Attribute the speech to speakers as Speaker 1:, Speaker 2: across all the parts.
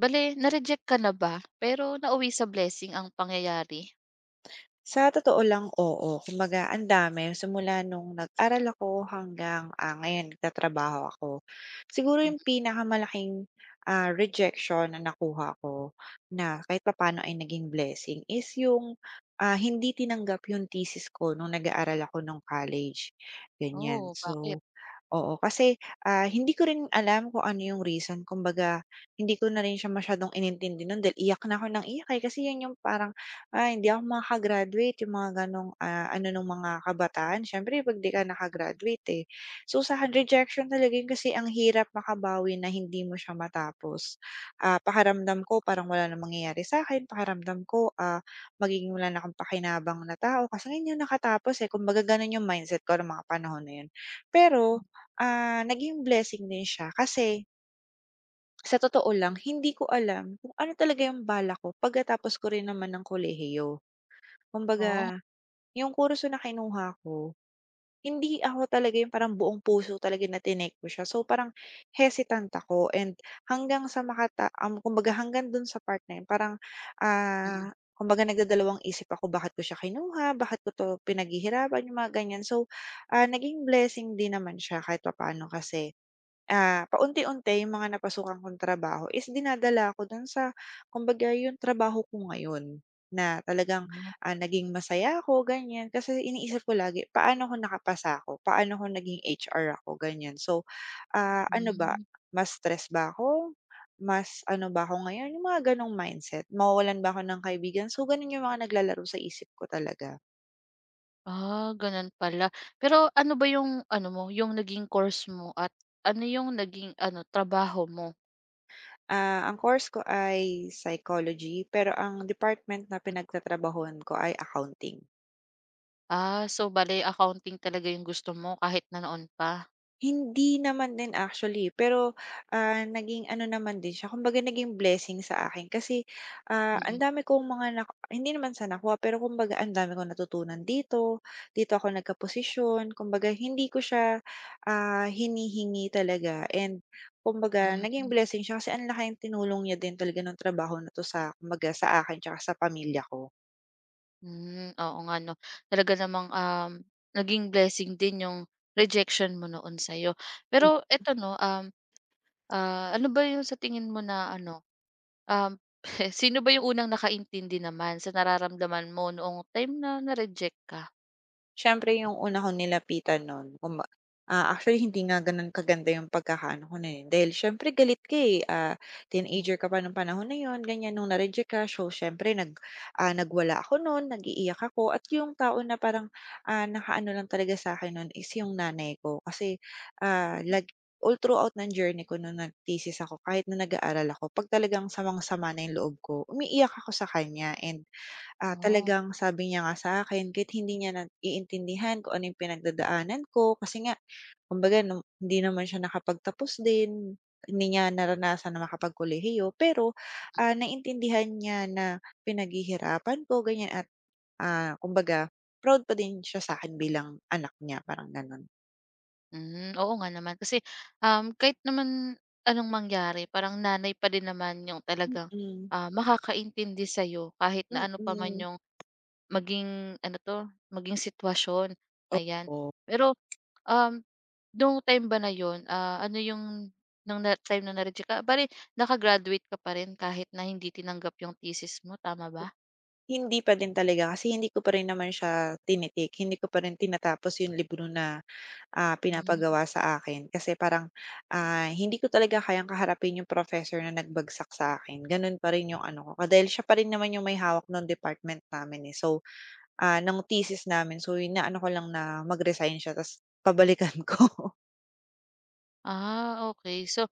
Speaker 1: Bale na-reject ka na ba? Pero nauwi sa blessing ang pangyayari?
Speaker 2: Sa totoo lang, oo. Kumbaga ang dami simula nung nag-aral ako hanggang, ngayon nagtatrabaho ako. Siguro
Speaker 1: Hmm.
Speaker 2: yung pinakamalaking, rejection na nakuha ko na kahit papaano ay naging blessing is yung, hindi tinanggap yung thesis ko nung nag-aaral ako nung college, ganyan.
Speaker 1: Oh, bakit?
Speaker 2: So, oo, kasi, hindi ko rin alam kung ano yung reason kumbaga hindi ko na rin siya masyadong inintindi nun dahil iyak na ako ng iyak, eh, kasi yun yung parang ay, hindi ako makaka-graduate yung mga gano'ng, ano nung mga kabataan siyempre 'pag 'di ka naka-graduate, eh. So, sa'kin rejection talaga yun kasi ang hirap makabawi na hindi mo siya matapos. Pakiramdam ko parang wala ng mangyayari sa akin pakiramdam ko, magiging wala na akong pakinabang na tao kasi ngayon yung nakatapos, eh, kumbaga gano'n yung mindset ko nung mga panahon na yun. Pero, naging blessing din siya kasi sa totoo lang hindi ko alam kung ano talaga yung balak ko pagkatapos ko rin naman ng kolehiyo.
Speaker 1: Oh.
Speaker 2: Kumbaga, yung kurso na kinuha ko, hindi ako talaga yung parang buong puso talaga na tinake ko siya. So, parang hesitant ako and hanggang sa kumbaga hanggang dun sa part na yun parang,
Speaker 1: Mm.
Speaker 2: kumbaga nagdadalawang isip ako bakit ko siya kinuha, bakit ko 'to pinaghihirapan, yung mga ganyan. So, naging blessing din naman siya kahit papaano kasi, paunti-unti yung mga napasukan kong trabaho is dinadala ko dun sa kumbaga yung trabaho ko ngayon na talagang,
Speaker 1: Ano.
Speaker 2: naging masaya ako ganyan. Kasi iniisip ko lagi, paano ko nakapasa ako? Paano ko naging HR ako? Ganyan. So, ano ba,
Speaker 1: Hmm.
Speaker 2: mas stress ba ako? Mas ano ba ako ngayon? Yung mga ganong mindset. Mawawalan ba ako ng kaibigan? So, ganun yung mga naglalaro sa isip ko talaga.
Speaker 1: Ah, gano'n pala. Pero ano ba yung ano mo, yung naging course mo at ano yung naging ano, trabaho mo?
Speaker 2: Ang course ko ay psychology pero ang department na
Speaker 1: Hmm.
Speaker 2: pinagtatrabahuhan ko ay accounting.
Speaker 1: Ah, so bale accounting talaga yung gusto mo kahit na noon pa?
Speaker 2: Hindi naman din actually, pero, naging ano naman din siya, kumbaga naging blessing sa akin kasi, ang
Speaker 1: Mm.
Speaker 2: dami kong mga nak hindi naman sa nakuha, pero kumbaga ang dami kong natutunan dito, dito ako nagkaposisyon, kumbaga hindi ko siya, hinihingi talaga and kumbaga
Speaker 1: Hmm,
Speaker 2: naging blessing siya kasi ang laking tinulong niya din talaga nung trabaho na 'to sa kumbaga sa akin tsaka sa pamilya ko.
Speaker 1: hmm, oo nga 'no. Talaga namang, naging blessing din yung rejection mo noon sa'yo. Pero eto 'no. Ah, ano ba yung sa tingin mo na ano, um, sino ba yung unang nakaintindi naman sa nararamdaman mo noong time na na-reject ka?
Speaker 2: Siyempre yung una kong nilapitan nun actually hindi nga ganun kaganda yung pagkakaano ko na, eh, dahil siyempre galit ka, eh,
Speaker 1: Mm.
Speaker 2: teenager ka pa nung panahon na yun ganyan nung na-reject ka so siyempre nag, nagwala ako nun, nag-iiyak ako at yung tao na parang, nakaano lang talaga sa'kin nun is yung nanay ko kasi, ah,
Speaker 1: Mm.
Speaker 2: lag all throughout ng journey ko nung nag-thesis ako kahit na nag-aaral ako 'pag talagang samang-sama na yung loob ko umiiyak ako sa kanya and
Speaker 1: Oh.
Speaker 2: talagang sabi niya nga sa akin kahit hindi niya na naiintindihan kung ano yung pinagdadaanan ko kasi nga kumbaga nung hindi naman siya nakapagtapos din, hindi niya naranasan na makapagkolehiyo pero, naintindihan niya na pinaghihirapan ko ganyan at, kumbaga proud pa din siya sa akin bilang anak niya parang gano'n.
Speaker 1: Hmm, oo nga naman kasi, kahit naman anong mangyari parang nanay pa din naman yung talagang,
Speaker 2: Mm,
Speaker 1: makakaintindi sa'yo kahit na ano pa man
Speaker 2: mm,
Speaker 1: yung maging ano 'to, maging sitwasyon, ayan.
Speaker 2: oo.
Speaker 1: Pero, um, nung time ba na yon ano yung nung na time na na-reject ka bale naka ka pa rin kahit na hindi tinanggap yung thesis mo, tama ba?
Speaker 2: Hindi pa din talaga kasi hindi ko pa rin tinatapos yung libro na
Speaker 1: Hmm.
Speaker 2: pinapagawa sa akin kasi parang, hindi ko talaga kayang kaharapin yung professor na nagbagsak sa akin, gano'n pa rin yung ano ko dahil siya pa rin naman yung may hawak nung department namin, eh. So, ng thesis namin so yun na ano ko lang na mag-resign siya ta's pabalikan ko.
Speaker 1: Ah, okay. So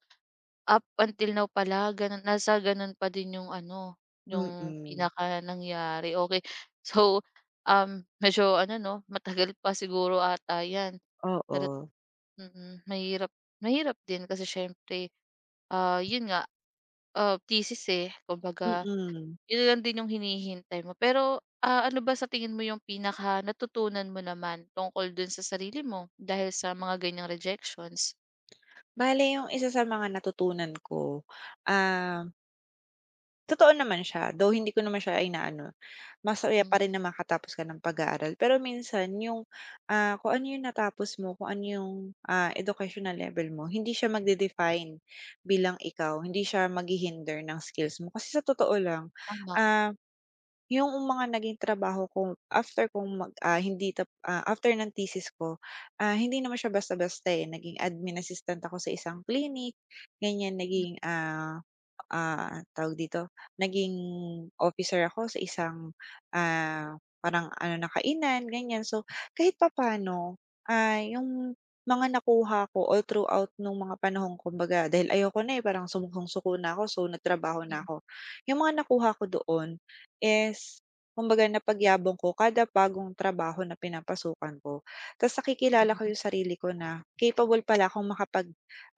Speaker 1: up until now pala ganun, nasa ganun pa din yung ano, yung
Speaker 2: Mm,
Speaker 1: pinaka nangyari, okay. So, medyo ano 'no, matagal pa siguro ata 'yan. Pero
Speaker 2: oo,
Speaker 1: mm, mahirap mahirap din kasi siyempre, yun nga, thesis, eh, kumbaga
Speaker 2: mm.
Speaker 1: yun lang din yung hinihintay mo. Pero, ano ba sa tingin mo yung pinaka natutunan mo naman tungkol dun sa sarili mo dahil sa mga ganyang rejections?
Speaker 2: Bale yung isa sa mga natutunan ko, ah totoo naman siya, though hindi ko naman siya inaano, masaya
Speaker 1: Hmm.
Speaker 2: pa rin na makatapos ka ng pag-aaral. Pero minsan yung, kung ano yung natapos mo, kung ano yung, educational level mo, hindi siya magde-define bilang ikaw, hindi siya maghi ng skills mo. Kasi sa totoo lang,
Speaker 1: Tama.
Speaker 2: ah yung mga naging trabaho ko after kong mag ah, hindi tap ah, after ng thesis ko, hindi naman siya basta-basta, eh. Naging admin assistant ako sa isang clinic, ganyan.
Speaker 1: Mm.
Speaker 2: Naging, tawag dito, naging officer ako sa isang, parang ano nakainan kainan, ganyan. So, kahit papaano, yung mga nakuha ko all throughout nung mga panahong kumbaga dahil ayoko na, eh, parang sumuksong-suko na ako, so nagtrabaho na
Speaker 1: Mm.
Speaker 2: ako. Yung mga nakuha ko doon is kumbaga napagyabong ko kada bagong trabaho na pinapasukan ko. Tas nakikilala ko
Speaker 1: Mhm.
Speaker 2: yung sarili ko na capable pala akong makapag,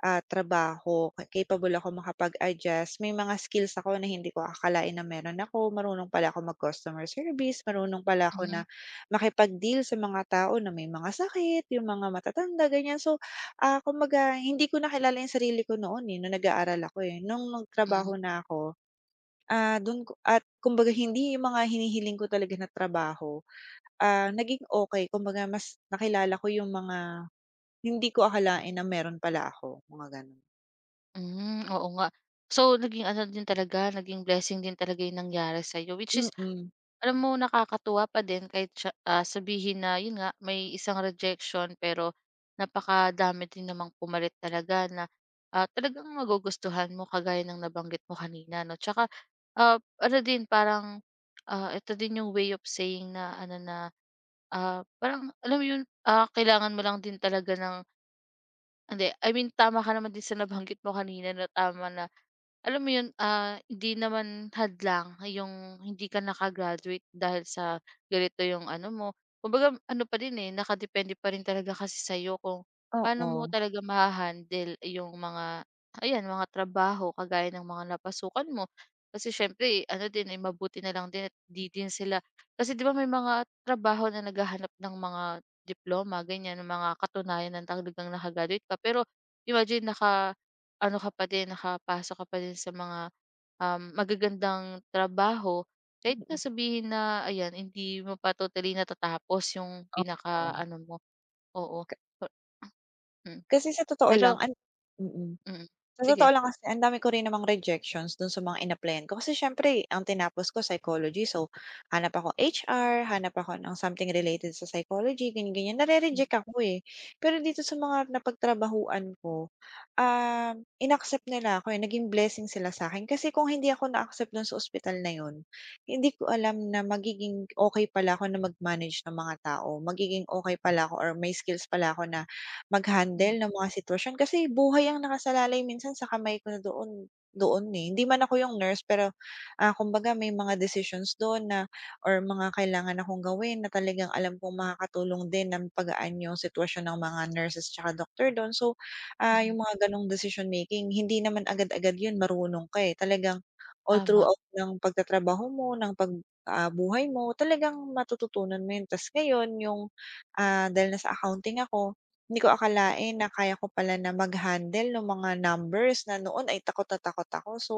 Speaker 2: trabaho, capable akong makapag-adjust. May mga skills ako na hindi ko akalain na meron ako. Marunong pala akong mag-customer service, marunong pala ako
Speaker 1: Mm.
Speaker 2: na makipag-deal sa mga tao na may mga sakit, yung mga matatanda, ganyan. So, kumbaga hindi ko na kilala yung sarili ko noon, eh, nung nag-aaral ako, eh. Nung
Speaker 1: Mm. Mm.
Speaker 2: nagtrabaho na ako dun ko at kumbaga hindi yung mga hinihiling ko talaga na trabaho, naging okey kumbaga mas nakilala ko yung mga hindi ko akalain na meron pala ako, mga ganun.
Speaker 1: Hmm, oo nga. So, naging ano din talaga, naging blessing din talaga yung nangyari sa'yo, which is
Speaker 2: Mm,
Speaker 1: alam mo nakakatuwa pa din kahit siya ah, sabihin na yun nga may isang rejection, pero napakadami din namang pumalit talaga na, talagang magugustuhan mo kagaya ng nabanggit mo kanina 'no. Tsaka, ah, ano din parang, ito din yung way of saying na ano na, parang alam mo yun, kailangan mo lang din talaga ng hindi, I mean tama ka naman din sa nabanggit mo kanina na tama na alam mo yun, hindi naman hadlang yung hindi ka nakagraduate dahil sa ganito yung ano mo. Kumbaga ano pa din, eh, nakadepende pa rin talaga kasi sa'yo kung paano
Speaker 2: oo.
Speaker 1: mo talaga maha yung mga ayan, mga trabaho kagaya ng mga napasukan mo. Kasi siyempre ano din, eh, mabuti na lang din at 'di din sila kasi 'di ba may mga trabaho na naghahanap ng mga diploma, ganyan, ng mga katunayan ng talagang naka-graduate ka. Pero imagine naka ano ka pa din, nakapasok ka pa din sa mga, magagandang trabaho. Kahit na
Speaker 2: Mm,
Speaker 1: sabihin na ayan hindi mo pa totally natatapos yung
Speaker 2: oo.
Speaker 1: pinaka-ano mo, oo.
Speaker 2: Ka
Speaker 1: Pa hmm.
Speaker 2: kasi sa totoo lang
Speaker 1: Pero
Speaker 2: an mm.
Speaker 1: mm.
Speaker 2: Sa
Speaker 1: Sige.
Speaker 2: totoo lang kasi ang dami ko rin namang rejections dun sa mga in-applyan ko kasi siyempre ang tinapos ko psychology so hanap ako HR, hanap ako ng something related sa psychology, ganyan, ganyan.
Speaker 1: Hmm.
Speaker 2: Nare-reject ako, eh. Pero dito sa mga napagtrabahuhan ko, um, inaccept nila ako, eh, naging blessing sila sa akin. Kasi kung hindi ako na-accept dun sa ospital na yun, hindi ko alam na magiging okay pala ako na mag-manage ng mga tao, magiging okay pala ako or may skills pala ako na
Speaker 1: Mm.
Speaker 2: mag-handle ng mga sitwasyon kasi buhay ang nakasalalay minsan sa kamay ko na doon doon, eh. Hindi man ako yung nurse pero, kumbaga may mga decisions doon na or mga kailangan akong gawin na talagang alam kong makakatulong din ng pagaan yung sitwasyon ng mga nurses tsaka doctor do'n. So,
Speaker 1: Mm.
Speaker 2: yung mga gano'ng decision making hindi naman agad-agad 'yun marunong ka, eh. Talagang all
Speaker 1: Tama.
Speaker 2: throughout ng pagtatrabaho mo, buhay mo talagang matututunan mo 'yun. Tas ngayon yung, dahil nasa accounting ako hindi ko akalain na kaya ko pala na mag-handle nung mga numbers na noon ay takot na takot ako. So,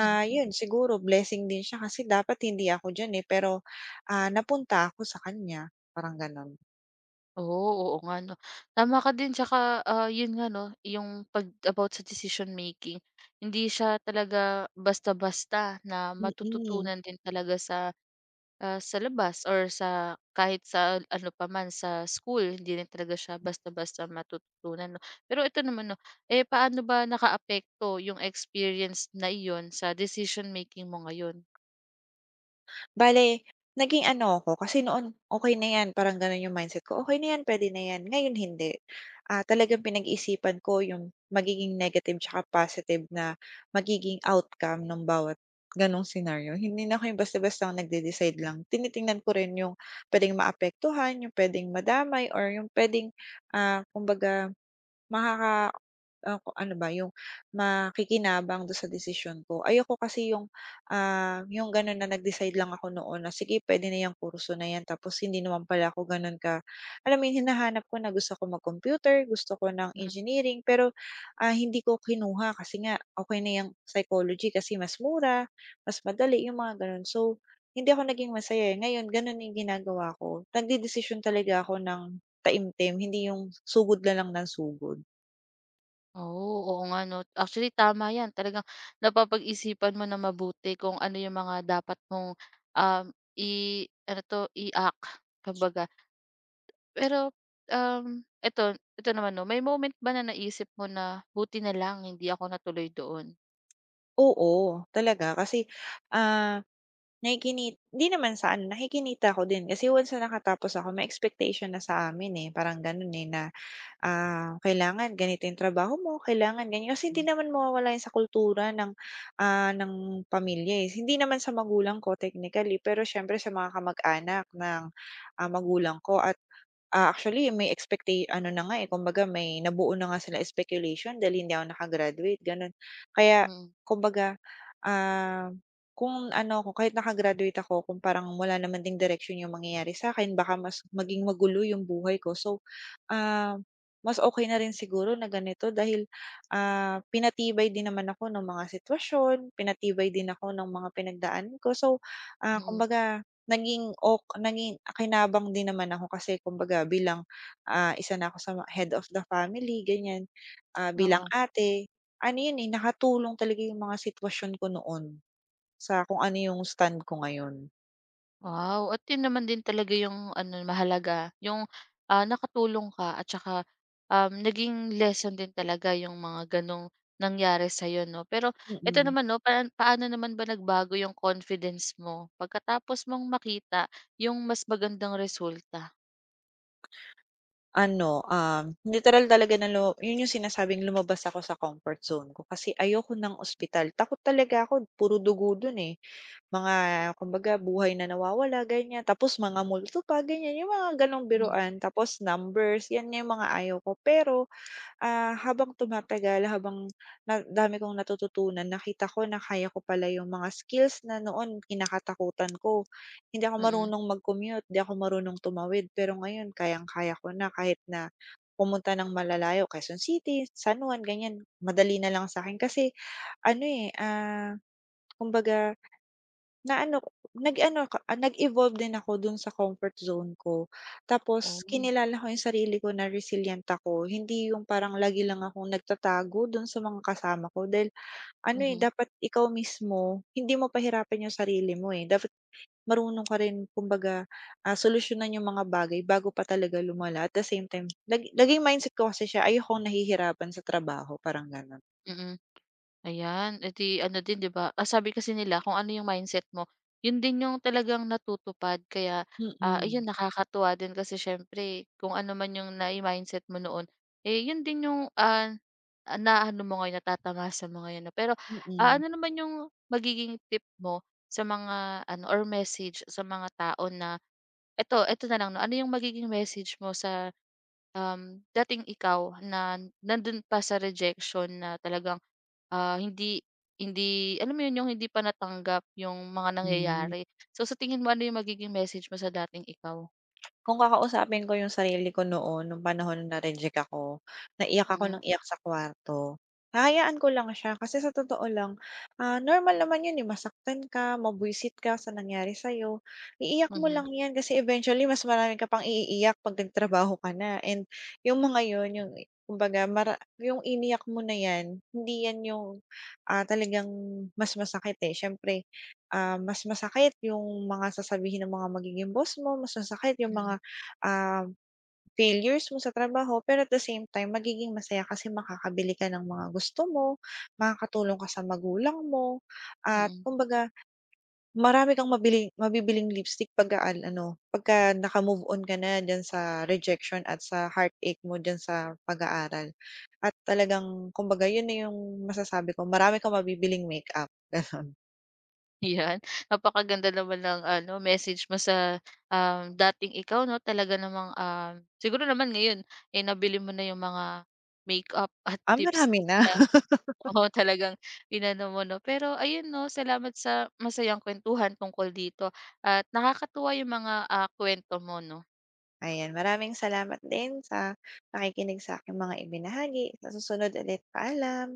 Speaker 1: Mm.
Speaker 2: yun siguro blessing din siya kasi dapat hindi ako diyan, eh, pero, napunta ako sa kanya, parang gano'n.
Speaker 1: Oo, oo nga 'no. Tama ka din tsaka, yun nga 'no, yung 'pag about sa decision making, hindi siya talaga basta-basta na
Speaker 2: Mm.
Speaker 1: matututunan din talaga sa ah, sa labas or sa kahit sa ano pa man, sa school, hindi rin talaga siya basta-basta matututunan 'no. Pero ito naman 'no, eh, paano ba nakaapekto yung experience na iyon sa decision making mo ngayon?
Speaker 2: Bale, naging ano ako, kasi noon okey na 'yan, parang gano'n yung mindset ko, okey na 'yan, puwede na 'yan. Ngayon hindi. Talagang pinag-iisipan ko yung magiging negative tsaka positive na magiging outcome nung bawat gano'ng scenario. Hindi na ako yung basta-bastang nagde-decide lang. Tinitingnan ko rin yung puwedeng maapektuhan, yung puwedeng madamay or yung puwedeng, kumbaga Makaka ano ba yung makikinabang dun sa desisyon ko. Ayoko kasi yung, yung ganun na nag-decide lang ako noon na sige puwede na yang kurso na yan tapos hindi naman pala ako ganun ka alam mo yun hinahanap ko na gusto ko mag-computer, gusto ko ng
Speaker 1: Mm.
Speaker 2: engineering pero, hindi ko kinuha kasi nga okay na yung psychology kasi mas mura, mas madali yung mga ganun. So, hindi ako naging masaya, eh. Ngayon ganun yung ginagawa ko, nagdedesisyon talaga ako ng taimtim hindi yung sugod na lang ng sugod.
Speaker 1: Oh, oo nga 'no. Actually tama 'yan, talagang napapag-isipan mo na mabuti kung ano yung mga dapat mong, um, i ano 'to, i-act, kumbaga. Pero, eto, eto naman 'no, may moment ba na naisip mo na, "Buti na lang hindi ako natuloy doon?"
Speaker 2: Oo, talaga kasi, ah, nakikini di naman sa ano, nakikinita ako din kasi once na nakatapos ako may expectation na sa amin, eh, parang gano'n, eh, na, kailangan ganito yung trabaho mo, kailangan ganyan kasi hindi
Speaker 1: Mm.
Speaker 2: naman mawawala 'yan sa kultura ng, ng pamilya, eh. Hindi naman sa magulang ko technically pero siyempre sa mga kamag-anak ng, magulang ko at actually may expecta ano na nga, eh, kumbaga may nabuo na nga silang speculation dahil hindi ako nakagraduate graduate gano'n. Kaya
Speaker 1: Mm.
Speaker 2: kumbaga, ah, kung ano ako kahit naka-graduate ako kung parang wala naman ding direction yung mangyayari sa akin baka mas maging magulo yung buhay ko. So, Ah, mas okay na rin siguro na ganito dahil, pinatibay din naman ako ng mga sitwasyon, pinatibay din ako ng mga pinagdaan ko. So,
Speaker 1: Mm.
Speaker 2: kumbaga naging akinabang din naman ako kasi kumbaga bilang, isa na ako sa ma head of the family ganyan, bilang
Speaker 1: Oo.
Speaker 2: ate, ano yun, eh, nakatulong talaga yung mga sitwasyon ko noon sa kung ano yung stand ko ngayon.
Speaker 1: Wow! At yun naman din talaga yung ano mahalaga, yung, nakatulong ka at saka, naging lesson din talaga yung mga ganong nangyari sa'yo 'no. Pero eto
Speaker 2: Mm.
Speaker 1: naman 'no, paan paano naman ba nagbago yung confidence mo pagkatapos mong makita yung mas magandang resulta?
Speaker 2: Ano, literal talaga na yun yung sinasabing lumabas ako sa comfort zone ko kasi ayoko ng ospital. Takot talaga ako, puro dugo dun, eh. Mga kumbaga buhay na nawawala, ganyan. Tapos mga multo pa, ganyan, yung mga gano'ng
Speaker 1: Hmm.
Speaker 2: biruan. Tapos numbers, yan yung mga ayaw ko. Pero habang tumatagal, habang na dami kong natututunan, nakita ko na kaya ko pala yung mga skills na noon kinakatakutan ko. Hindi ako
Speaker 1: Mm. Mm.
Speaker 2: marunong mag-commute, di ako marunong tumawid, pero ngayon kayang-kaya ko na kahit na pumunta ng malalayo, Quezon City, San Juan, ganyan. Madali na lang sa akin kasi ano, eh, kumbaga na ano, nag-ano ka ah, nag-evolve din ako dun sa comfort zone ko. Tapos
Speaker 1: Oh.
Speaker 2: kinilala ko yung sarili ko na resilient ako, hindi yung parang lagi lang akong nagtatago dun sa mga kasama ko dahil ano, eh,
Speaker 1: Mhm.
Speaker 2: dapat ikaw mismo hindi mo pahirapan yung sarili mo, eh. Dapat marunong ka rin kumbaga, solusyonan yung mga bagay bago pa talaga lumala at the same time lagi laging mindset ko kasi siya ayokong nahihirapan sa trabaho, parang gano'n.
Speaker 1: Mm. Ayan, eh di ano din 'di ba, ang sabi kasi nila kung ano yung mindset mo, yun din yung talagang natutupad kaya,
Speaker 2: Mm,
Speaker 1: ayun nakakatuwa din kasi siyempre kung ano man yung nai-mindset mo noon, eh, yun din yung, na ano mo ngayon, natatamasa mo ngayon 'no. Pero,
Speaker 2: mm.
Speaker 1: ano naman yung magiging tip mo sa mga ano or message sa mga tao na eto eto na lang 'no, ano yung magiging message mo sa, dating ikaw na nandun pa sa rejection na talagang ah, hindi hindi alam mo 'yun, yung hindi pa natanggap yung mga
Speaker 2: Hmm.
Speaker 1: nangyayari. So, sa tingin mo ano yung magiging message mo sa dating ikaw?
Speaker 2: Kung kakausapin ko yung sarili ko noon, nung panahon na na-reject ako, naiyak ako
Speaker 1: Mm.
Speaker 2: ng iyak sa kwarto, hahayaan ko lang siya kasi sa totoo lang, normal naman yun, eh, masaktan ka, mabwisit ka sa nangyari sa'yo, iiyak mo
Speaker 1: Mhm.
Speaker 2: lang yan kasi eventually mas marami ka pang iiiyak 'pag nagtrabaho ka na and yung mga yun, yung kumbaga yung iniyak mo na yan, hindi yan yung, talagang mas masakit, eh. Siyempre, mas masakit yung mga sasabihin ng mga magiging boss mo, mas masakit yung mga
Speaker 1: Mm.
Speaker 2: ah, failures mo sa trabaho pero at the same time magiging masaya kasi makakabili ka ng mga gusto mo, makakatulong ka sa magulang mo at
Speaker 1: Mm.
Speaker 2: kumbaga marami kang mabili mabibiling lipstick pagka naka-move on ka na diyan sa rejection at sa heartache mo dyan sa pag-aaral. At talagang kumbaga yun na yung masasabi ko marami kang mabibiling makeup, gano'n.
Speaker 1: 'Yan, napakaganda naman ng ano message mo sa, dating ikaw 'no, talaga namang, siguro naman ngayon, eh, nabili mo na yung mga makeup at
Speaker 2: Marami
Speaker 1: lipstick
Speaker 2: na.
Speaker 1: na oo, talagang inano mo 'no. Pero ayun 'no, salamat sa masayang kuwentuhan tungkol dito at nakakatuwa yung mga, kuwento mo 'no.
Speaker 2: Ayan, maraming salamat din sa pakikinig sa'king mga ibinahagi. Sa susunod ulit, paalam.